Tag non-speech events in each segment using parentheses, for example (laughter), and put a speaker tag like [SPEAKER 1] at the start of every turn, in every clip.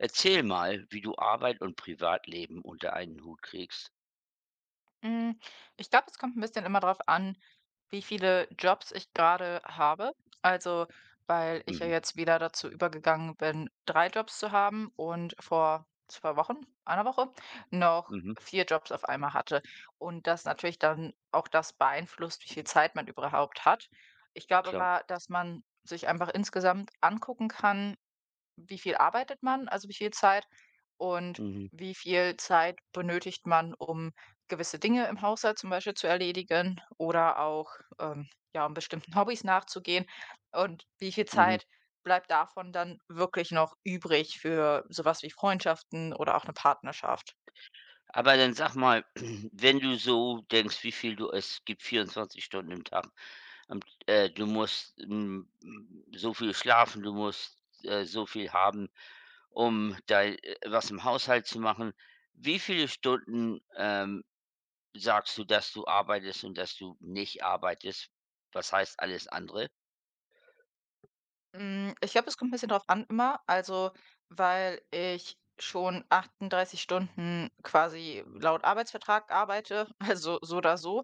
[SPEAKER 1] Erzähl mal, wie du Arbeit und Privatleben unter einen Hut kriegst.
[SPEAKER 2] Hm, ich glaube, es kommt ein bisschen immer darauf an, wie viele Jobs ich gerade habe. Also, weil ich ja
[SPEAKER 1] Mhm,
[SPEAKER 2] jetzt wieder dazu übergegangen bin, 3 Jobs zu haben und vor 2 Wochen, einer Woche, noch
[SPEAKER 1] mhm,
[SPEAKER 2] 4 Jobs auf einmal hatte und das natürlich dann auch das beeinflusst, wie viel Zeit man überhaupt hat. Ich glaube
[SPEAKER 1] klar.
[SPEAKER 2] aber, dass man sich einfach insgesamt angucken kann, wie viel arbeitet man, also wie viel Zeit und
[SPEAKER 1] Mhm,
[SPEAKER 2] wie viel Zeit benötigt man, um gewisse Dinge im Haushalt zum Beispiel zu erledigen oder auch, ja, um bestimmten (laughs) Hobbys nachzugehen und wie viel
[SPEAKER 1] mhm.
[SPEAKER 2] Zeit bleibt davon dann wirklich noch übrig für sowas wie Freundschaften oder auch eine Partnerschaft?
[SPEAKER 1] Aber dann sag mal, (clears throat) wenn du so denkst, wie viel du es gibt 24 Stunden im Tag, am du musst, so viel schlafen, du musst, so viel haben, um dei was im Haushalt zu machen. Wie viele Stunden, sagst du, dass du arbeitest und dass du nicht arbeitest? Was heißt alles andere?
[SPEAKER 2] Hm, ich glaube, es kommt ein bisschen drauf an immer, also, weil ich schon 38 Stunden quasi laut Arbeitsvertrag arbeite, (laughs) also so oder so.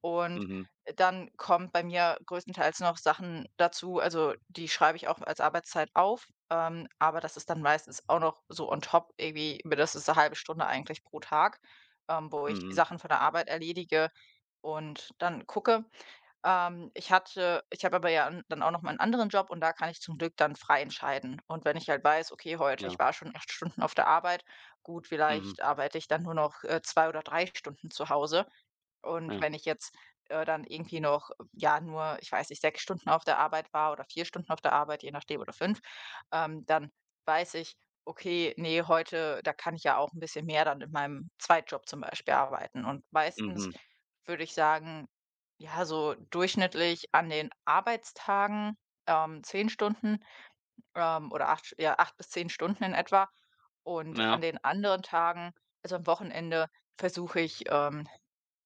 [SPEAKER 2] Und
[SPEAKER 1] Mhm,
[SPEAKER 2] dann kommt bei mir größtenteils noch Sachen dazu, also die schreibe ich auch als Arbeitszeit auf, aber das ist dann meistens auch noch so on top irgendwie, über das ist eine halbe Stunde eigentlich pro Tag, wo ich die
[SPEAKER 1] mhm,
[SPEAKER 2] Sachen von der Arbeit erledige und dann gucke. Ich habe aber ja n dann auch noch meinen anderen Job und da kann ich zum Glück dann frei entscheiden. Und wenn ich halt weiß: „Okay, heute, ich
[SPEAKER 1] ja,
[SPEAKER 2] war schon 8 Stunden auf der Arbeit, gut,
[SPEAKER 1] mhm,
[SPEAKER 2] vielleicht arbeite ich dann nur noch, 2 oder 3 Stunden zu Hause.“ Und
[SPEAKER 1] ja,
[SPEAKER 2] wenn ich jetzt, dann irgendwie noch, ja, nur, ich weiß nicht, 6 Stunden auf der Arbeit war oder 4 Stunden auf der Arbeit, je nachdem oder fünf, dann weiß ich: „Okay, nee heute da kann ich ja auch ein bisschen mehr dann in meinem Zweitjob zum Beispiel arbeiten.“ Und meistens
[SPEAKER 1] mhm,
[SPEAKER 2] würde ich sagen, ja, so durchschnittlich an den Arbeitstagen, 10 Stunden, oder 8 st ja, 8 bis 10 Stunden in etwa. Und
[SPEAKER 1] ja,
[SPEAKER 2] an den anderen Tagen, also am Wochenende, versuche ich,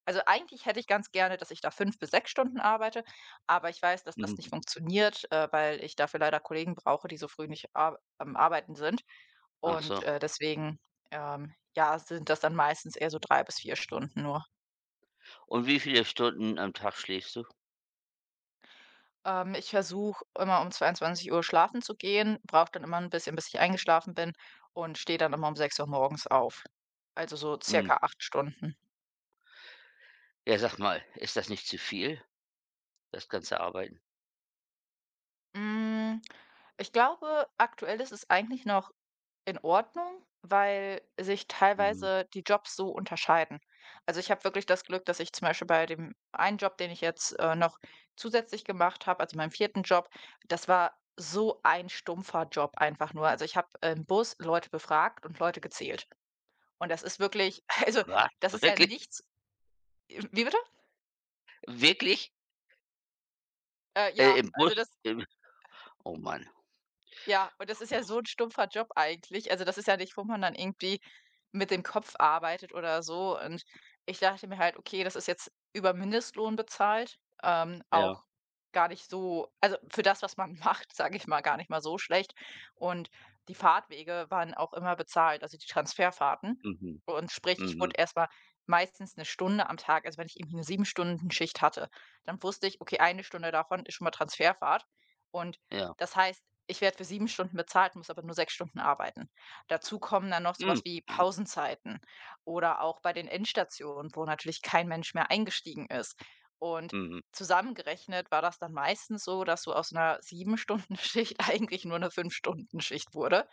[SPEAKER 2] also, eigentlich hätte ich ganz gerne, dass ich da 5 bis 6 Stunden arbeite, aber ich weiß, dass
[SPEAKER 1] mhm.
[SPEAKER 2] das nicht funktioniert, weil ich dafür leider Kollegen brauche, die so früh nicht ar am Arbeiten sind.
[SPEAKER 1] Ach
[SPEAKER 2] Und,
[SPEAKER 1] so.
[SPEAKER 2] deswegen, ja, sind das dann meistens eher so 3 bis 4 Stunden nur.
[SPEAKER 1] Und wie viele Stunden am Tag schläfst du?
[SPEAKER 2] Ich versuche immer um 22 Uhr schlafen zu gehen, brauche dann immer ein bisschen, bis ich eingeschlafen bin und stehe dann immer um 6 Uhr morgens auf. Also, so
[SPEAKER 1] Hm.
[SPEAKER 2] circa 8 Stunden.
[SPEAKER 1] Ja, sag mal, ist das nicht zu viel, das ganze Arbeiten?
[SPEAKER 2] Hm, ich glaube, aktuell ist es eigentlich noch in Ordnung, weil sich
[SPEAKER 1] Mhm.
[SPEAKER 2] teilweise die Jobs so unterscheiden. Also ich habe wirklich das Glück, dass ich zum Beispiel bei dem einen Job, den ich jetzt noch zusätzlich gemacht habe, also meinem 4. Job, das war so ein stumpfer Job einfach nur. Also ich habe im Bus Leute befragt und Leute gezählt. Und das ist wirklich, (laughs) also
[SPEAKER 1] Was?
[SPEAKER 2] das
[SPEAKER 1] (laughs)
[SPEAKER 2] ist ja
[SPEAKER 1] Wirklich?
[SPEAKER 2] nichts. Wie bitte?
[SPEAKER 1] Wirklich?
[SPEAKER 2] Ja,
[SPEAKER 1] Im
[SPEAKER 2] also
[SPEAKER 1] Bus?
[SPEAKER 2] das.
[SPEAKER 1] Im Oh Mann.
[SPEAKER 2] Ja, und das ist ja so ein stumpfer Job eigentlich. Also, das ist ja nicht, wo man dann irgendwie mit dem Kopf arbeitet oder so. Und ich dachte mir halt: „Okay, das ist jetzt über Mindestlohn bezahlt,
[SPEAKER 1] Ja.
[SPEAKER 2] auch gar nicht so, also, für das, was man (laughs) macht, sage ich mal, gar nicht mal so schlecht.“ Und die Fahrtwege waren auch immer bezahlt, also die Transferfahrten.
[SPEAKER 1] Mhm.
[SPEAKER 2] Und sprich, ich
[SPEAKER 1] Mhm.
[SPEAKER 2] wurde erstmal meistens 1 Stunde am Tag, also, wenn ich irgendwie eine 7 Stunden-Schicht hatte, dann wusste ich: „Okay, 1 Stunde davon ist schon mal Transferfahrt.“ Und
[SPEAKER 1] Ja.
[SPEAKER 2] das heißt, ich werde für 7 Stunden bezahlt, muss aber nur 6 Stunden arbeiten. Dazu kommen dann noch
[SPEAKER 1] Mhm.
[SPEAKER 2] sowas wie Pausenzeiten oder auch bei den Endstationen, wo natürlich kein Mensch mehr eingestiegen ist. Und
[SPEAKER 1] Mhm.
[SPEAKER 2] zusammengerechnet war das dann meistens so, dass so aus einer 7 Stunden Schicht (laughs) eigentlich nur eine 5 Stunden Schicht wurde.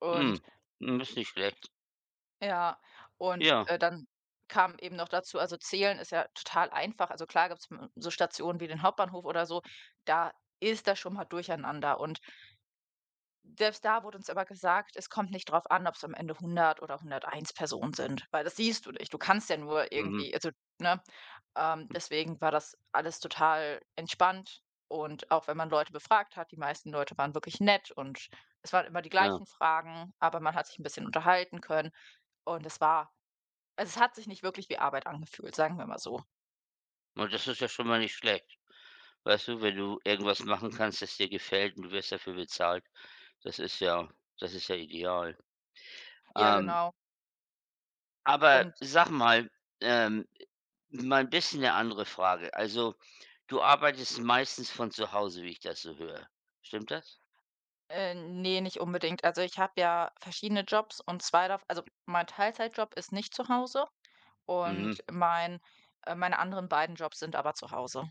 [SPEAKER 2] Und
[SPEAKER 1] Hm, ist nicht schlecht.
[SPEAKER 2] ja, und,
[SPEAKER 1] Ja,
[SPEAKER 2] dann kam eben noch dazu, also, zählen ist ja total einfach. Also, klar gibt es so Stationen wie den Hauptbahnhof oder so, da ist das schon mal durcheinander und selbst da wurde uns aber gesagt, es kommt nicht drauf an, ob es am Ende 100 oder 101 Personen sind, weil das siehst du nicht. Du kannst ja nur
[SPEAKER 1] mhm,
[SPEAKER 2] irgendwie, also, ne? Deswegen war das alles total entspannt und auch wenn man Leute befragt hat, die meisten Leute waren wirklich nett und es waren immer die
[SPEAKER 1] ja.
[SPEAKER 2] gleichen Fragen, aber man hat sich ein bisschen unterhalten können und es war, also, es hat sich nicht wirklich wie Arbeit angefühlt, sagen wir mal so.
[SPEAKER 1] Und das ist ja schon mal nicht schlecht. Weißt du, wenn du irgendwas machen kannst, das dir gefällt und du wirst dafür bezahlt, das ist ja das ist ja ideal.
[SPEAKER 2] Ja,
[SPEAKER 1] Ähm,
[SPEAKER 2] genau.
[SPEAKER 1] aber
[SPEAKER 2] Und,
[SPEAKER 1] sag mal, ähm, mal ein bisschen eine andere Frage. Also, du arbeitest meistens von zu Hause, wie ich das so höre. Stimmt das?
[SPEAKER 2] ne, nicht unbedingt. Also, ich habe ja verschiedene Jobs und 2 davon, also, mein Teilzeitjob ist nicht zu Hause. Und
[SPEAKER 1] Mhm.
[SPEAKER 2] mein, meine anderen beiden Jobs sind aber zu Hause.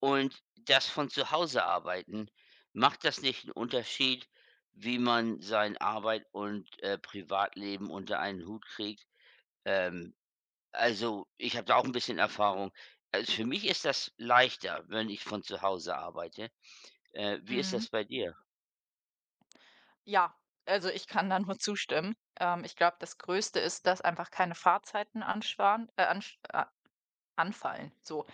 [SPEAKER 1] Und das von zu Hause arbeiten, macht das nicht einen Unterschied, wie man sein Arbeit und Privatleben unter einen Hut kriegt? Ähm, also, ich habe da auch ein bisschen Erfahrung. Also, für mich ist das leichter, wenn ich von zu Hause arbeite. Wie ist
[SPEAKER 2] Mhm.
[SPEAKER 1] das bei dir?
[SPEAKER 2] Ja, also ich kann da nur zustimmen. Ich glaube, das Größte ist, dass einfach keine Fahrzeiten anschwan ansch anfallen, so.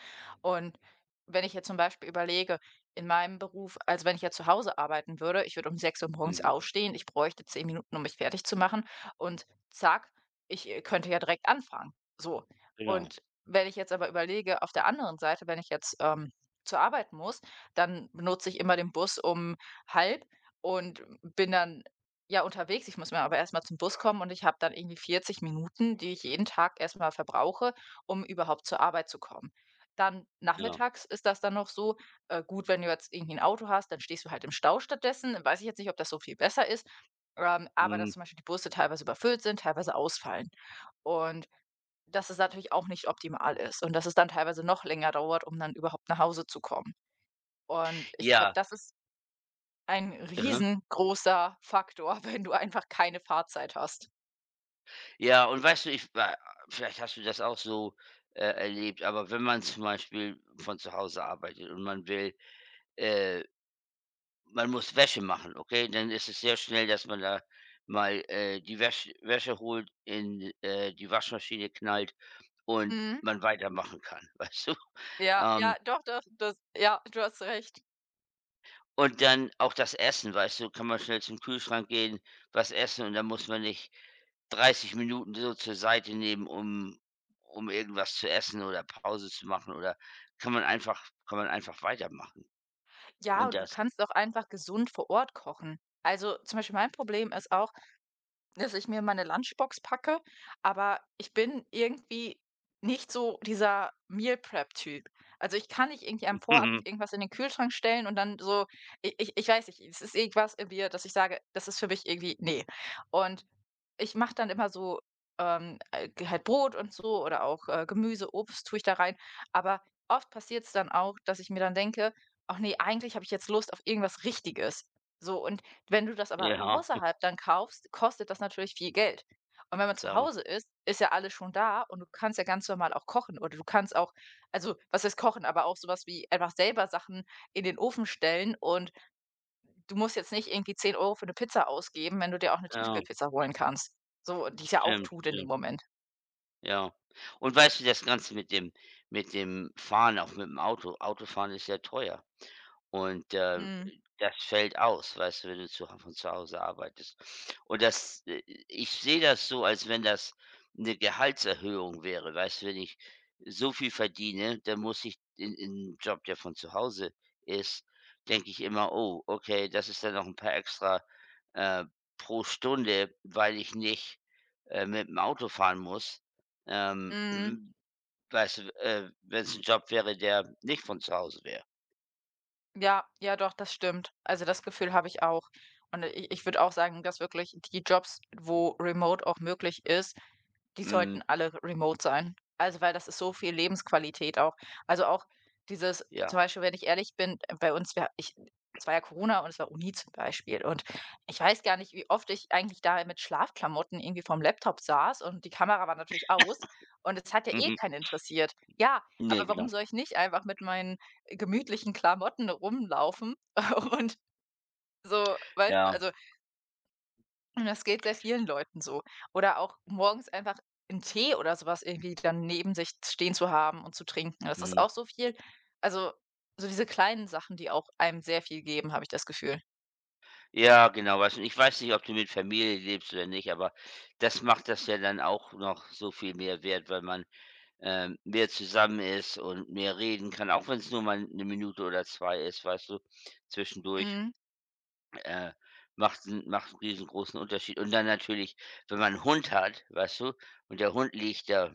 [SPEAKER 2] Und wenn ich jetzt zum Beispiel überlege, in meinem Beruf, also, wenn ich jetzt zu Hause arbeiten würde, ich würde um 6 Uhr morgens
[SPEAKER 1] Mhm,
[SPEAKER 2] aufstehen, ich bräuchte 10 Minuten, um mich fertig zu machen und zack, ich, könnte ja direkt anfangen, so.
[SPEAKER 1] genau,
[SPEAKER 2] Und wenn ich jetzt aber überlege, auf der anderen Seite, wenn ich jetzt, zur Arbeit muss, dann benutze ich immer den Bus um halb und bin dann, ja, unterwegs. Ich muss mir aber erstmal zum Bus kommen und ich habe dann irgendwie 40 Minuten, die ich jeden Tag erstmal verbrauche, um überhaupt zur Arbeit zu kommen. Dann
[SPEAKER 1] genau.
[SPEAKER 2] nachmittags ist das dann noch so, gut, wenn du jetzt irgendwie ein Auto hast, dann stehst du halt im Stau stattdessen. Weiß ich jetzt nicht, ob das so viel besser ist, aber dass
[SPEAKER 1] Mhm.
[SPEAKER 2] zum Beispiel die Busse teilweise überfüllt sind, teilweise ausfallen. Und dass es natürlich auch nicht optimal ist und dass es dann teilweise noch länger dauert, um dann überhaupt nach Hause zu kommen. Und ich glaube,
[SPEAKER 1] Ja,
[SPEAKER 2] das ist ein
[SPEAKER 1] mhm.
[SPEAKER 2] riesengroßer Faktor, (laughs) wenn du einfach keine Fahrzeit hast.
[SPEAKER 1] Ja, und weißt du, ich wa vielleicht hast du das auch so erlebt, aber wenn man zum Beispiel von zu Hause arbeitet und äh Man muss Wäsche machen, okay? Dann ist es sehr schnell, dass man da mal die Wäsche holt, in die Waschmaschine knallt und
[SPEAKER 2] Mhm.
[SPEAKER 1] man weitermachen kann, (laughs) weißt du?
[SPEAKER 2] Ja, ja,
[SPEAKER 1] Ähm,
[SPEAKER 2] doch, doch, das, ja, du hast recht.
[SPEAKER 1] und dann auch das Essen, weißt du, kann man schnell zum Kühlschrank gehen, was essen, und dann muss man nicht 30 Minuten so zur Seite nehmen, um irgendwas zu essen oder Pause zu machen, oder kann man einfach weitermachen.
[SPEAKER 2] Ja,
[SPEAKER 1] Und
[SPEAKER 2] und du
[SPEAKER 1] das
[SPEAKER 2] kannst auch einfach gesund vor Ort kochen. Also zum Beispiel mein Problem ist auch, dass ich mir meine Lunchbox packe, aber ich bin irgendwie nicht so dieser Meal Prep Typ. Also, ich kann nicht irgendwie am Vorabend irgendwas in den Kühlschrank stellen und dann so, ich weiß nicht, es ist irgendwas in mir, dass ich sage: „Das ist für mich irgendwie nee.“ Und ich mache dann immer so, g halt Brot und so oder auch, Gemüse, Obst tue ich da rein. Aber oft passiert es dann auch, dass ich mir dann denke: „Ach nee, eigentlich habe ich jetzt Lust auf irgendwas Richtiges.“ So, und wenn du das aber
[SPEAKER 1] (laughs) Ja,
[SPEAKER 2] außerhalb dann kaufst, kostet das natürlich viel Geld. Und wenn man zu
[SPEAKER 1] klar.
[SPEAKER 2] Hause ist, ist ja alles schon da und du kannst ja ganz normal auch kochen oder du kannst auch, also, was heißt kochen, aber auch sowas wie einfach selber Sachen in den Ofen stellen und du musst jetzt nicht irgendwie 10 Euro für eine Pizza ausgeben, wenn du dir auch eine
[SPEAKER 1] Ja,
[SPEAKER 2] Tiefkühlpizza holen kannst. So, die es ja auch
[SPEAKER 1] stimmt,
[SPEAKER 2] tut in dem
[SPEAKER 1] stimmt.
[SPEAKER 2] Moment.
[SPEAKER 1] Ja. Und weißt du, das Ganze mit dem Fahren, auch mit dem Autofahren, ist sehr teuer, und
[SPEAKER 2] Mhm,
[SPEAKER 1] das fällt aus, weißt du, wenn du zu von zu Hause arbeitest. Und das ich sehe das so, als wenn das eine Gehaltserhöhung wäre, weißt du? Wenn ich so viel verdiene, dann muss ich in 'n Job, der von zu Hause ist, denke ich immer: „Oh, okay, das ist dann noch ein paar extra, äh, pro Stunde, weil ich nicht mit dem Auto fahren muss.“ Ähm,
[SPEAKER 2] mhm.
[SPEAKER 1] (clears throat) weißt du, wenn's 'n Job wäre, der nicht von zu Hause wäre.
[SPEAKER 2] Ja, ja, doch, das stimmt. Also, das Gefühl habe ich auch. Und i ich würde auch sagen, dass wirklich die Jobs, wo remote auch möglich ist, die
[SPEAKER 1] Mhm,
[SPEAKER 2] sollten alle remote sein. Also, weil das ist so viel Lebensqualität auch. Also, auch dieses
[SPEAKER 1] ja.
[SPEAKER 2] zum Beispiel, wenn ich ehrlich bin, bei uns, ja, ich, es war ja Corona und es war Uni zum Beispiel und ich weiß gar nicht, wie oft ich eigentlich da mit Schlafklamotten irgendwie vorm Laptop saß und die Kamera war natürlich aus und es hat ja eh
[SPEAKER 1] Mhm.
[SPEAKER 2] keinen interessiert. Ja,
[SPEAKER 1] Ne,
[SPEAKER 2] aber
[SPEAKER 1] genau.
[SPEAKER 2] warum soll ich nicht einfach mit meinen gemütlichen Klamotten rumlaufen (laughs) und so, weißt du?
[SPEAKER 1] Ja,
[SPEAKER 2] Also, und das geht sehr vielen Leuten so. Oder auch morgens einfach einen Tee oder sowas irgendwie dann neben sich stehen zu haben und zu trinken. Das ist
[SPEAKER 1] mhm.
[SPEAKER 2] auch so viel, also, so diese kleinen Sachen, die auch einem sehr viel geben, habe ich das Gefühl.
[SPEAKER 1] Ja, genau, weißt du, ich weiß nicht, ob du mit Familie lebst oder nicht, aber das macht das ja dann auch noch so viel mehr wert, weil man mehr zusammen ist und mehr reden kann, auch wenn es nur mal eine Minute oder 2 ist, weißt du, zwischendurch.
[SPEAKER 2] Mhm.
[SPEAKER 1] äh, Macht 'n riesengroßen Unterschied. Und dann natürlich, wenn man 'n Hund hat, weißt du, und der Hund liegt da,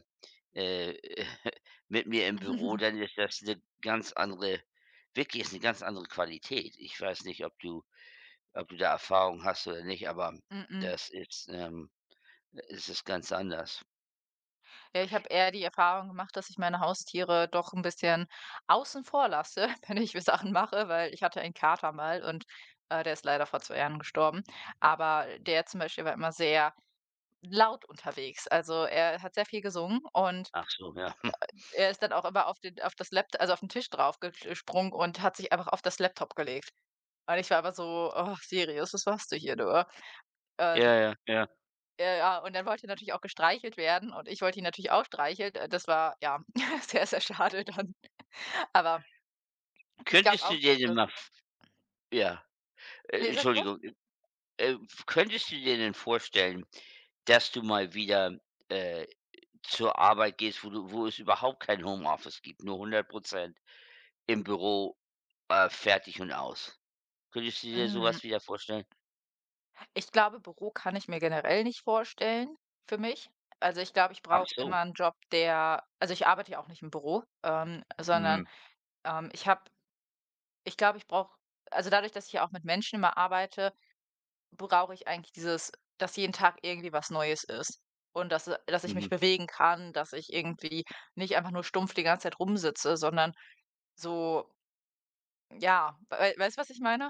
[SPEAKER 1] äh, (laughs) mit mir im Büro,
[SPEAKER 2] (laughs)
[SPEAKER 1] dann ist das 'ne ganz andere, wirklich ist 'ne ganz andere Qualität. Ich weiß nicht, ob du da Erfahrung hast oder nicht, aber
[SPEAKER 2] Mhm.
[SPEAKER 1] das ist, es ist ganz anders.
[SPEAKER 2] Ja, ich habe eher die Erfahrung gemacht, dass ich meine Haustiere doch ein bisschen außen vor lasse, (laughs) wenn ich mir Sachen mache, weil ich hatte einen Kater mal und, der ist leider vor 2 Jahren gestorben. Aber der zum Beispiel war immer sehr laut unterwegs. Also, er hat sehr viel gesungen und
[SPEAKER 1] Ach so, ja. (laughs)
[SPEAKER 2] er ist dann auch immer auf den, auf das Laptop, also auf den Tisch drauf gesprungen und hat sich einfach auf das Laptop gelegt. Und ich war aber so: „Oh, Sirius, was machst du hier nur?“ Ähm,
[SPEAKER 1] Ja, ja, ja.
[SPEAKER 2] ja, ja, und dann wollte er natürlich auch gestreichelt werden und ich wollte ihn natürlich auch streicheln. Das war, ja, (laughs) sehr, sehr schade dann. Aber ich glaube
[SPEAKER 1] Könntest
[SPEAKER 2] auch,
[SPEAKER 1] du dir
[SPEAKER 2] dass
[SPEAKER 1] denn
[SPEAKER 2] das,
[SPEAKER 1] mal v Ja,
[SPEAKER 2] ne, sag ruhig.
[SPEAKER 1] Entschuldigung, äh, könntest du dir denn vorstellen, dass du mal wieder, äh zur Arbeit gehst, wo du wo es überhaupt kein Homeoffice gibt, nur 100% im Büro, fertig und aus? Könntest du dir
[SPEAKER 2] Hm,
[SPEAKER 1] sowas wieder vorstellen?
[SPEAKER 2] ich glaube, Büro kann ich mir generell nicht vorstellen für mich. Also, ich glaube, ich
[SPEAKER 1] Ach
[SPEAKER 2] brauche immer
[SPEAKER 1] so.
[SPEAKER 2] einen Job, der also, ich arbeite ja auch nicht im Büro, sondern,
[SPEAKER 1] Mhm,
[SPEAKER 2] ich habe. Ich glaube, ich brauche also dadurch, dass ich ja auch mit Menschen immer arbeite, brauche ich eigentlich dieses, dass jeden Tag irgendwie was Neues ist. Und dass, dass ich mich
[SPEAKER 1] mhm.
[SPEAKER 2] bewegen kann, dass ich irgendwie nicht einfach nur stumpf die ganze Zeit rumsitze, sondern so, ja, weißt du, was ich meine?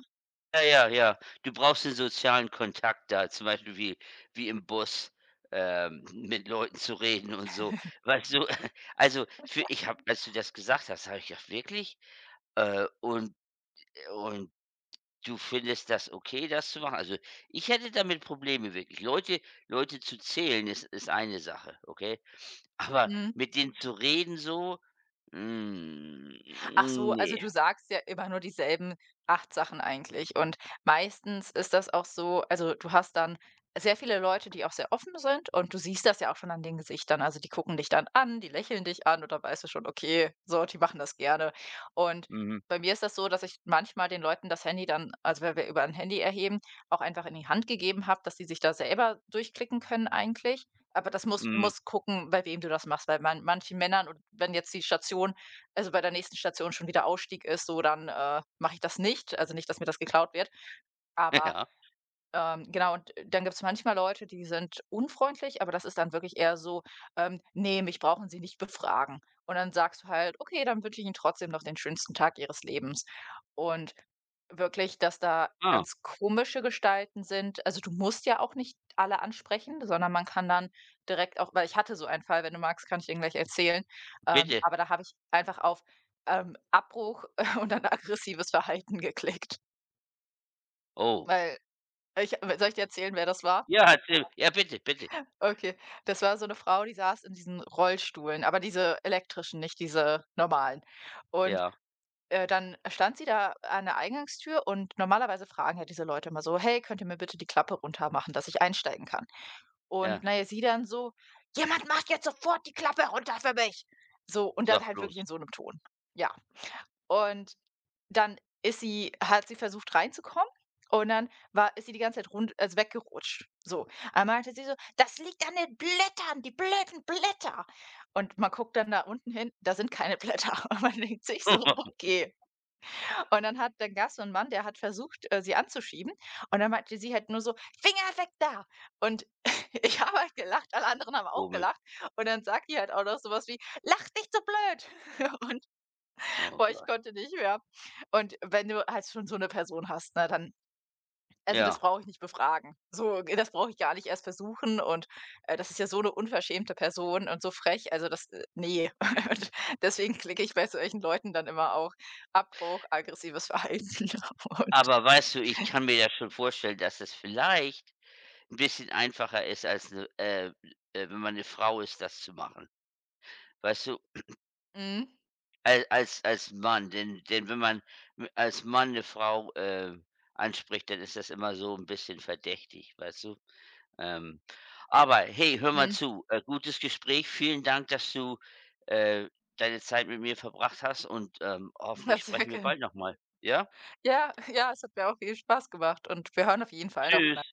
[SPEAKER 1] Ja, ja, ja. Du brauchst den sozialen Kontakt da, zum Beispiel wie im Bus, mit Leuten zu reden und so. Weißt du, (laughs) also, für ich habe, als du das gesagt hast, habe ich gedacht: „Wirklich?“ Äh, und und du findest das okay, das zu machen? Also, ich hätte damit Probleme wirklich. Leute zu zählen ist eine Sache, okay? (laughs) Aber
[SPEAKER 2] Mhm.
[SPEAKER 1] mit denen zu reden so, hm,
[SPEAKER 2] Ach so, also
[SPEAKER 1] ne.
[SPEAKER 2] du sagst ja immer nur dieselben 8 Sachen eigentlich. Und meistens ist das auch so, also du hast dann sehr viele Leute, die auch sehr offen sind und du siehst das ja auch schon an den Gesichtern. Also die gucken dich dann an, die lächeln dich an und dann weißt du schon, okay, so, die machen das gerne. Und
[SPEAKER 1] Mhm,
[SPEAKER 2] bei mir ist das so, dass ich manchmal den Leuten das Handy dann, also wenn wir über ein Handy erheben, auch einfach in die Hand gegeben habe, dass die sich da selber durchklicken können eigentlich. Aber das muss
[SPEAKER 1] mhm.
[SPEAKER 2] muss gucken, bei wem du das machst, weil man manchen Männern, und wenn jetzt die Station, also bei der nächsten Station schon wieder Ausstieg ist, so dann, mache ich das nicht. Also nicht, dass mir das geklaut wird.
[SPEAKER 1] (laughs)
[SPEAKER 2] Aber
[SPEAKER 1] Ja.
[SPEAKER 2] genau, und dann gibt es manchmal Leute, die sind unfreundlich, aber das ist dann wirklich eher so: Ne, mich brauchen Sie nicht befragen.“ Und dann sagst du halt: „Okay, dann wünsche ich Ihnen trotzdem noch den schönsten Tag Ihres Lebens.“ Und wirklich, dass da
[SPEAKER 1] Ah,
[SPEAKER 2] ganz komische Gestalten sind. Also, du musst ja auch nicht alle ansprechen, sondern man kann dann direkt auch, weil ich hatte so einen Fall, wenn du magst, kann ich den gleich erzählen.
[SPEAKER 1] bitte.
[SPEAKER 2] Aber da habe ich einfach auf, Abbruch (laughs) und dann aggressives Verhalten geklickt,
[SPEAKER 1] Oh.
[SPEAKER 2] weil ich, soll ich dir erzählen, wer das war?
[SPEAKER 1] Ja, erzähl. Ja, bitte, bitte.
[SPEAKER 2] Okay, das war so eine Frau, die saß in diesen Rollstühlen, aber diese elektrischen, nicht diese normalen. Und,
[SPEAKER 1] Ja,
[SPEAKER 2] dann stand sie da an der Eingangstür und normalerweise fragen ja diese Leute immer so: „Hey, könnt ihr mir bitte die Klappe runter machen, dass ich einsteigen kann?“ Und,
[SPEAKER 1] ja,
[SPEAKER 2] na ja, sie dann so: „Jemand macht jetzt sofort die Klappe runter für mich!“ So, und
[SPEAKER 1] sag
[SPEAKER 2] dann halt wirklich
[SPEAKER 1] bloß.
[SPEAKER 2] in so einem Ton. Ja, und dann ist sie hat sie versucht reinzukommen und dann war ist sie die ganze Zeit rund, also weggerutscht, so. Einmal hatte sie so: „Das liegt an den Blättern, die blöden Blätter.“ Und man guckt dann da unten hin, da sind keine Blätter (laughs) und man denkt sich so:
[SPEAKER 1] (laughs)
[SPEAKER 2] „Okay.“ Und dann hat dann Gast so 'n Mann, der hat versucht, sie anzuschieben und dann meinte sie halt nur so: „Finger weg da!“ Und (laughs) ich habe halt gelacht, alle anderen haben auch
[SPEAKER 1] Komisch.
[SPEAKER 2] gelacht und dann sagt die halt auch noch sowas wie: „Lacht nicht so blöd!“ (laughs)
[SPEAKER 1] Oh
[SPEAKER 2] Boah, ich
[SPEAKER 1] Gott.
[SPEAKER 2] konnte nicht mehr. Und wenn du halt schon so eine Person hast, ne, dann, also, das
[SPEAKER 1] Ja.
[SPEAKER 2] brauche ich nicht befragen. So, das brauche ich gar nicht erst versuchen und, das ist ja so eine unverschämte Person und so frech. Also, das ne. (laughs) Und deswegen klicke ich bei solchen Leuten dann immer auch Abbruch, aggressives Verhalten (laughs) und
[SPEAKER 1] Aber weißt du, ich kann mir das schon vorstellen, dass es vielleicht ein bisschen einfacher ist als 'ne wenn man eine Frau ist, das zu machen. Weißt du,
[SPEAKER 2] mhm,
[SPEAKER 1] Al als als Mann, denn wenn man m als Mann eine Frau, anspricht, dann ist das immer so ein bisschen verdächtig, weißt du? Ähm, aber hey, hör mal
[SPEAKER 2] mhm.
[SPEAKER 1] zu, gutes Gespräch. Vielen Dank, dass du, äh, deine Zeit mit mir verbracht hast, und, hoffentlich
[SPEAKER 2] Das
[SPEAKER 1] sprechen
[SPEAKER 2] (laughs)
[SPEAKER 1] wir
[SPEAKER 2] ja,
[SPEAKER 1] bald noch mal. Ja?
[SPEAKER 2] ja, ja, es hat mir auch viel Spaß gemacht und wir hören auf jeden Fall noch
[SPEAKER 1] Tschüss.